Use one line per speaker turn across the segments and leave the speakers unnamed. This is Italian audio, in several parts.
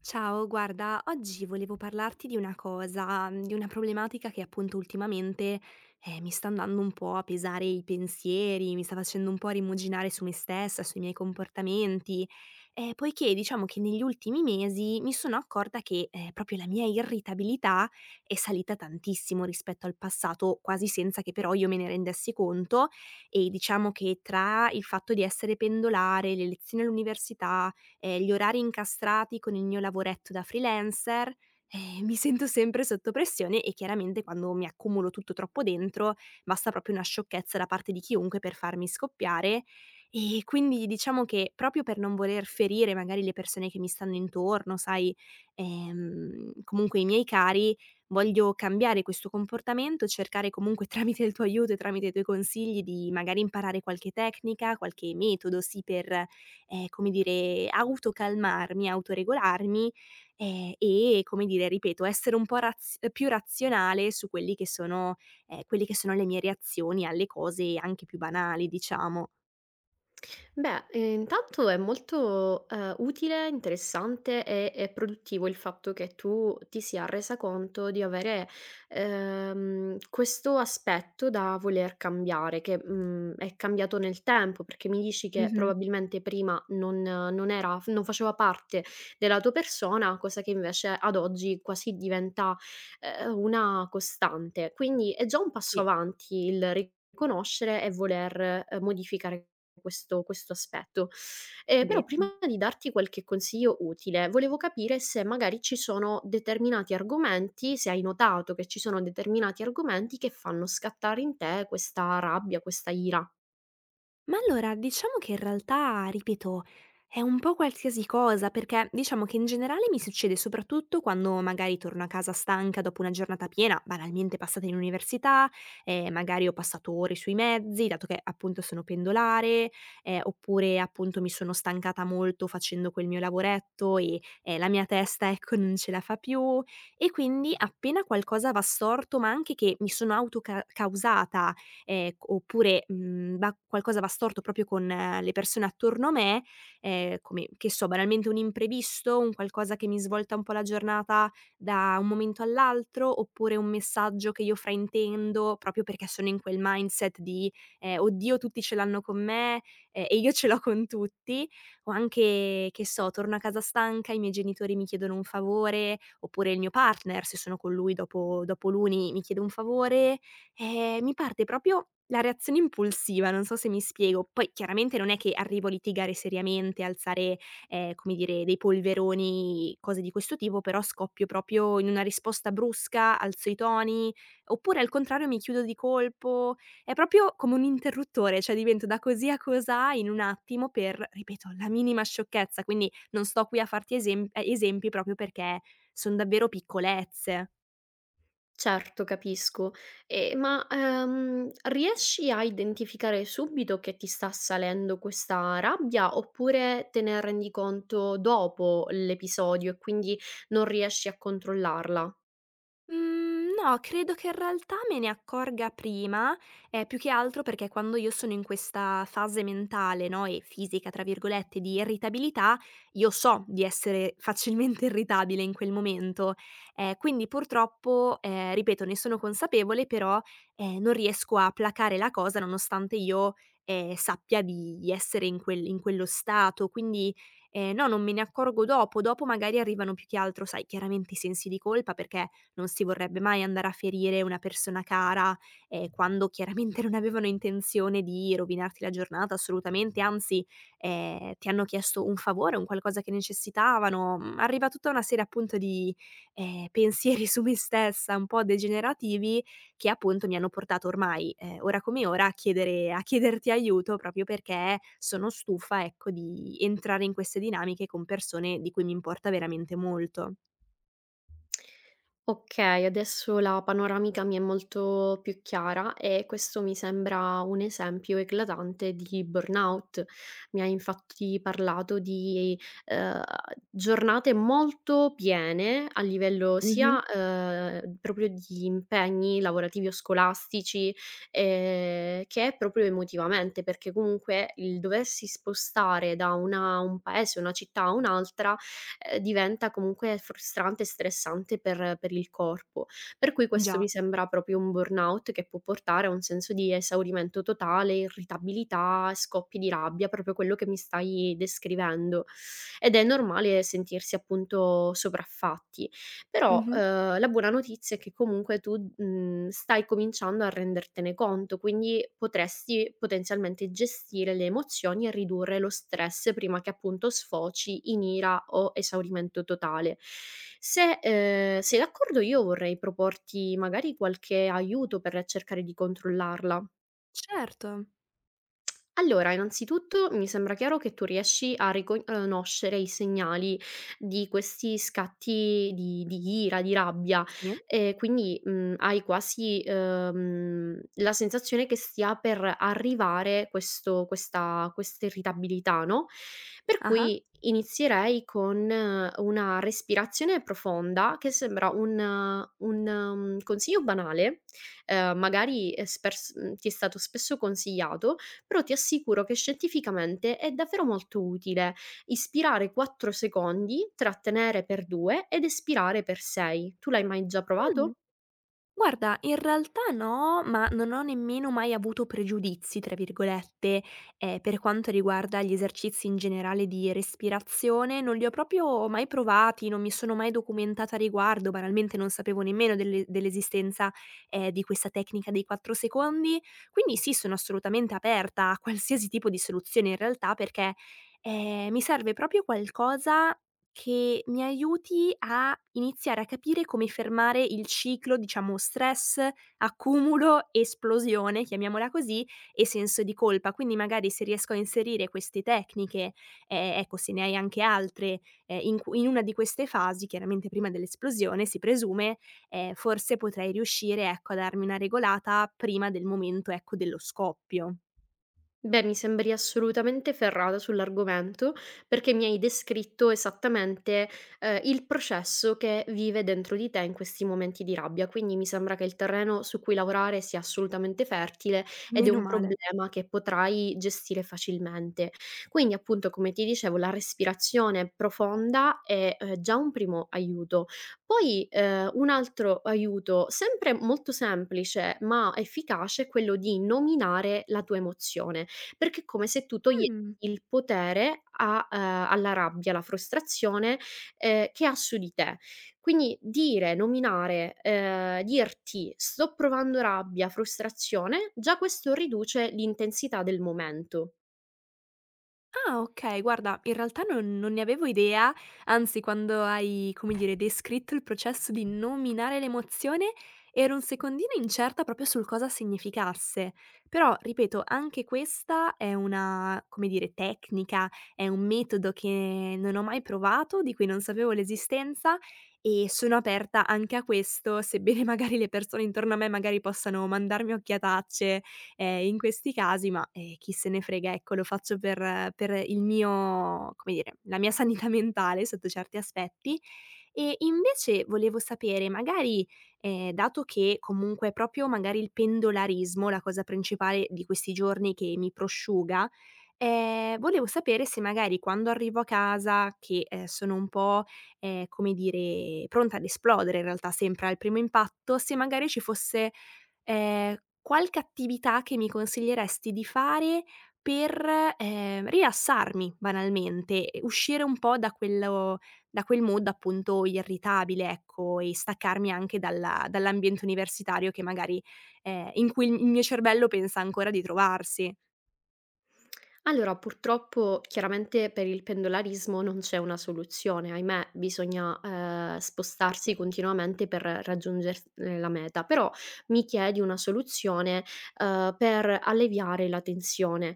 Ciao, guarda, oggi volevo parlarti di una cosa, di una problematica che appunto ultimamente, mi sta andando un po' a pesare i pensieri, mi sta facendo un po' rimuginare su me stessa, sui miei comportamenti, poiché diciamo che negli ultimi mesi mi sono accorta che, proprio la mia irritabilità è salita tantissimo rispetto al passato, quasi senza che però io me ne rendessi conto e diciamo che tra il fatto di essere pendolare, le lezioni all'università, gli orari incastrati con il mio lavoretto da freelancer, mi sento sempre sotto pressione e chiaramente quando mi accumulo tutto troppo dentro, basta proprio una sciocchezza da parte di chiunque per farmi scoppiare. E quindi diciamo che proprio per non voler ferire magari le persone che mi stanno intorno, sai, comunque i miei cari, voglio cambiare questo comportamento, cercare comunque tramite il tuo aiuto e tramite i tuoi consigli di magari imparare qualche tecnica, qualche metodo sì per come dire, autocalmarmi, autoregolarmi, e come dire, ripeto, essere un po' raz più razionale su quelli che sono quelle che sono le mie reazioni alle cose anche più banali, diciamo.
Beh, intanto è molto, utile, interessante e produttivo il fatto che tu ti sia resa conto di avere, questo aspetto da voler cambiare, che, è cambiato nel tempo, perché mi dici che
Mh-mh.
probabilmente prima non era f non faceva parte della tua persona, cosa che invece ad oggi quasi diventa una costante. Quindi è già un passo
Sì.
avanti il riconoscere e voler, modificare questo aspetto. Però
Be
prima di darti qualche consiglio utile, volevo capire se magari ci sono determinati argomenti, se hai notato che ci sono determinati argomenti che fanno scattare in te questa rabbia, questa ira.
Ma allora, diciamo che in realtà, ripeto, è un po' qualsiasi cosa, perché diciamo che in generale mi succede soprattutto quando magari torno a casa stanca dopo una giornata piena, banalmente passata in università, magari ho passato ore sui mezzi, dato che appunto sono pendolare, oppure appunto mi sono stancata molto facendo quel mio lavoretto e la mia testa, ecco, non ce la fa più. E quindi appena qualcosa va storto, ma anche che mi sono autocausata oppure, va qualcosa va storto proprio con le persone attorno a me, come, che so, banalmente un imprevisto, un qualcosa che mi svolta un po' la giornata da un momento all'altro, oppure un messaggio che io fraintendo proprio perché sono in quel mindset di, "Oddio tutti ce l'hanno con me, e io ce l'ho con tutti." O anche, che so, torno a casa stanca, i miei genitori mi chiedono un favore, oppure il mio partner, se sono con lui dopo l'uni, mi chiede un favore, mi parte proprio la reazione impulsiva, non so se mi spiego. Poi chiaramente non è che arrivo a litigare seriamente, alzare, come dire, dei polveroni, cose di questo tipo, però scoppio proprio in una risposta brusca, alzo i toni, oppure al contrario mi chiudo di colpo. È proprio come un interruttore, cioè divento da così a cosà in un attimo per, ripeto, la minima sciocchezza. Quindi non sto qui a farti esempi proprio perché son davvero piccolezze.
Certo, capisco. Ma riesci a identificare subito che ti sta salendo questa rabbia, oppure te ne rendi conto dopo l'episodio e quindi non riesci a controllarla?
Mhmm, no, credo che in realtà me ne accorga prima, più che altro perché quando io sono in questa fase mentale, no, e "fisica" tra virgolette, di irritabilità, io so di essere facilmente irritabile in quel momento. Quindi purtroppo, ripeto, ne sono consapevole però, non riesco a placare la cosa nonostante io, sappia di essere in quello stato. Quindi, no, non me ne accorgo dopo. Dopo magari arrivano più che altro, sai, chiaramente i sensi di colpa perché non si vorrebbe mai andare a ferire una persona cara, quando chiaramente non avevano intenzione di rovinarti la giornata assolutamente, anzi, ti hanno chiesto un favore, un qualcosa che necessitavano. Mhmm, arriva tutta una serie appunto di, pensieri su me stessa un po' degenerativi che appunto mi hanno portato ormai, ora come ora, a chiedere a chiederti aiuto proprio perché sono stufa, ecco, di entrare in queste dinamiche con persone di cui mi importa veramente molto.
Okay, adesso la panoramica mi è molto più chiara e questo mi sembra un esempio eclatante di burnout. Mi hai infatti parlato di, ehm, giornate molto piene a livello
Mh-mh.
sia, proprio di impegni lavorativi o scolastici, che proprio emotivamente, perché comunque il doversi spostare da una un paese, una città a un'altra, diventa comunque frustrante e stressante per il corpo. Per cui questo mi
Già.
sembra proprio un burnout che può portare a un senso di esaurimento totale, irritabilità, scoppi di rabbia, proprio quello che mi stai descrivendo, ed è normale sentirsi appunto sopraffatti. Però,
Mh-mh.
la buona notizia è che comunque tu, stai cominciando a rendertene conto, quindi potresti potenzialmente gestire le emozioni e ridurre lo stress prima che appunto sfoci in ira o esaurimento totale. Se, sei d'accordo, io vorrei proporti magari qualche aiuto per cercare di controllarla.
Certo.
Allora, innanzitutto mi sembra chiaro che tu riesci a riconoscere i segnali di questi scatti di ira, di rabbia,
Sì.
e quindi, hai quasi, la sensazione che stia per arrivare questo questa questa irritabilità, no, per
Ah-ah.
cui inizierei con una respirazione profonda, che sembra un consiglio banale, magari ti è stato spesso consigliato, però ti assicuro che scientificamente è davvero molto utile ispirare 4 secondi, trattenere per 2 ed espirare per 6. Tu l'hai mai già
Mh.
provato?
Guarda, in realtà no, ma non ho nemmeno mai avuto "pregiudizi" tra virgolette, per quanto riguarda gli esercizi in generale di respirazione, non li ho proprio mai provati, non mi sono mai documentata a riguardo, banalmente non sapevo nemmeno dell'esistenza, di questa tecnica dei 4 secondi. Quindi sì, sono assolutamente aperta a qualsiasi tipo di soluzione in realtà, perché, mi serve proprio qualcosa che mi aiuti a iniziare a capire come fermare il ciclo, diciamo, stress, accumulo, esplosione, chiamiamola così, e senso di colpa. Quindi magari se riesco a inserire queste tecniche, ecco se ne hai anche altre, in cu in una di queste fasi, chiaramente prima dell'esplosione si presume, forse potrei riuscire, ecco, a darmi una regolata prima del momento, ecco, dello scoppio.
Beh, mi sembri assolutamente ferrata sull'argomento, perché mi hai descritto esattamente, il processo che vive dentro di te in questi momenti di rabbia, quindi mi sembra che il terreno su cui lavorare sia assolutamente fertile ed è
Meno
un
male.
problema che potrai gestire facilmente. Quindi, appunto, come ti dicevo, la respirazione profonda è, già un primo aiuto. Poi, un altro aiuto, sempre molto semplice ma efficace, è quello di nominare la tua emozione. Perché è come se tu togliessi
Mh.
il potere a alla rabbia, alla frustrazione, che ha su di te. Quindi dire, nominare, dirti: "Sto provando rabbia, frustrazione", già questo riduce l'intensità del momento.
Ah, okay, guarda, in realtà non ne avevo idea, anzi quando hai, come dire, descritto il processo di nominare l'emozione, ero un secondino incerta proprio sul cosa significasse. Però, ripeto, anche questa è una, come dire, tecnica, è un metodo che non ho mai provato, di cui non sapevo l'esistenza e sono aperta anche a questo, sebbene magari le persone intorno a me magari possano mandarmi occhiatacce in questi casi, ma, chi se ne frega, ecco, lo faccio per il mio come dire, la mia sanità mentale sotto certi aspetti. E invece volevo sapere, magari, dato che comunque è proprio magari il pendolarismo, la cosa principale di questi giorni che mi prosciuga, volevo sapere se magari quando arrivo a casa che, sono un po', come dire, pronta ad esplodere in realtà sempre al primo impatto, se magari ci fosse Ehm, qualche attività che mi consiglieresti di fare per, rilassarmi banalmente e uscire un po' da quel mood appunto irritabile, ecco, e staccarmi anche dalla dall'ambiente universitario che magari in cui il mio cervello pensa ancora di trovarsi.
Allora, purtroppo, chiaramente per il pendolarismo non c'è una soluzione, ahimè, bisogna, spostarsi continuamente per raggiunger la meta. Però mi chiedi una soluzione, per alleviare la tensione.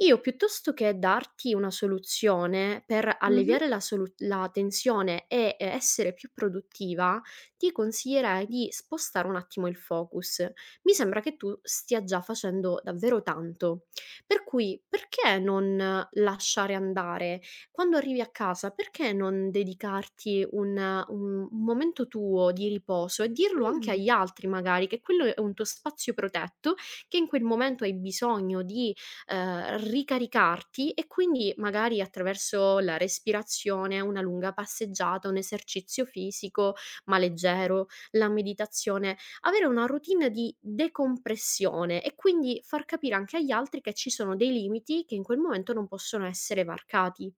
Io, piuttosto che darti una soluzione per
Mh-mh.
alleviare la tensione e, essere più produttiva, ti consiglierei di spostare un attimo il focus. Mi sembra che tu stia già facendo davvero tanto, per cui perché non, lasciare andare? Quando arrivi a casa, perché non dedicarti un un momento tuo di riposo e dirlo anche
Mh.
agli altri, magari, che quello è un tuo spazio protetto, che in quel momento hai bisogno di ricaricarti, e quindi magari attraverso la respirazione, una lunga passeggiata, un esercizio fisico, ma leggero, la meditazione, avere una routine di decompressione, e quindi far capire anche agli altri che ci sono dei limiti che in quel momento non possono essere varcati.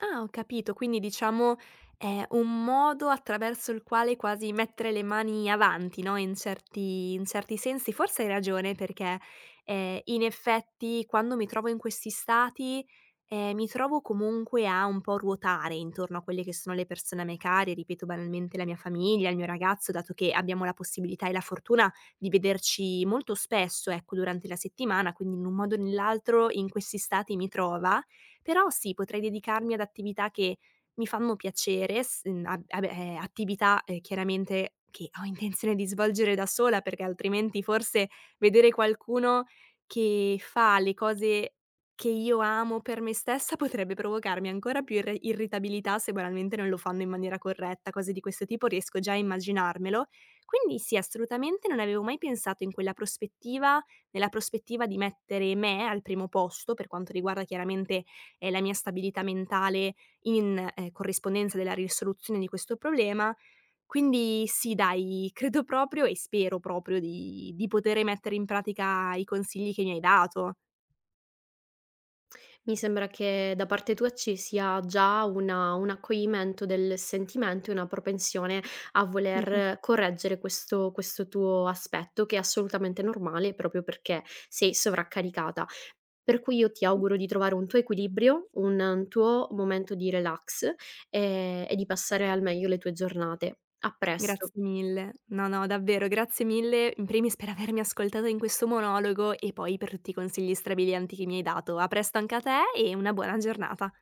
Ah, ho capito. Quindi diciamo è un modo attraverso il quale quasi mettere le mani avanti, no, in certi sensi. Forse hai ragione perché, in effetti quando mi trovo in questi stati, mi trovo comunque a un po' ruotare intorno a quelle che sono le persone a me care, ripeto banalmente la mia famiglia, il mio ragazzo, dato che abbiamo la possibilità e la fortuna di vederci molto spesso, ecco, durante la settimana, quindi in un modo o nell'altro in questi stati mi trova. Però sì, potrei dedicarmi ad attività che mi fanno piacere, s mhmm, a vabbè, attività, chiaramente che ho intenzione di svolgere da sola, perché altrimenti forse vedere qualcuno che fa le cose che io amo per me stessa potrebbe provocarmi ancora più irre irritabilità se banalmente non lo fanno in maniera corretta, cose di questo tipo riesco già a immaginarmelo. Quindi sì, assolutamente non avevo mai pensato in quella prospettiva, nella prospettiva di mettere me al primo posto, per quanto riguarda chiaramente e la mia stabilità mentale in, corrispondenza della risoluzione di questo problema. Quindi sì dai, credo proprio e spero proprio di poter mettere in pratica i consigli che mi hai dato.
Mi sembra che da parte tua ci sia già una un accoglimento del sentimento e una propensione a voler correggere questo tuo aspetto, che è assolutamente normale proprio perché sei sovraccaricata. Per cui io ti auguro di trovare un tuo equilibrio, un tuo momento di relax, e di passare al meglio le tue giornate. A presto.
Grazie mille. No, no, davvero grazie mille in primis per avermi ascoltata in questo monologo e poi per tutti i consigli strabilianti che mi hai dato. A presto anche a te e una buona giornata.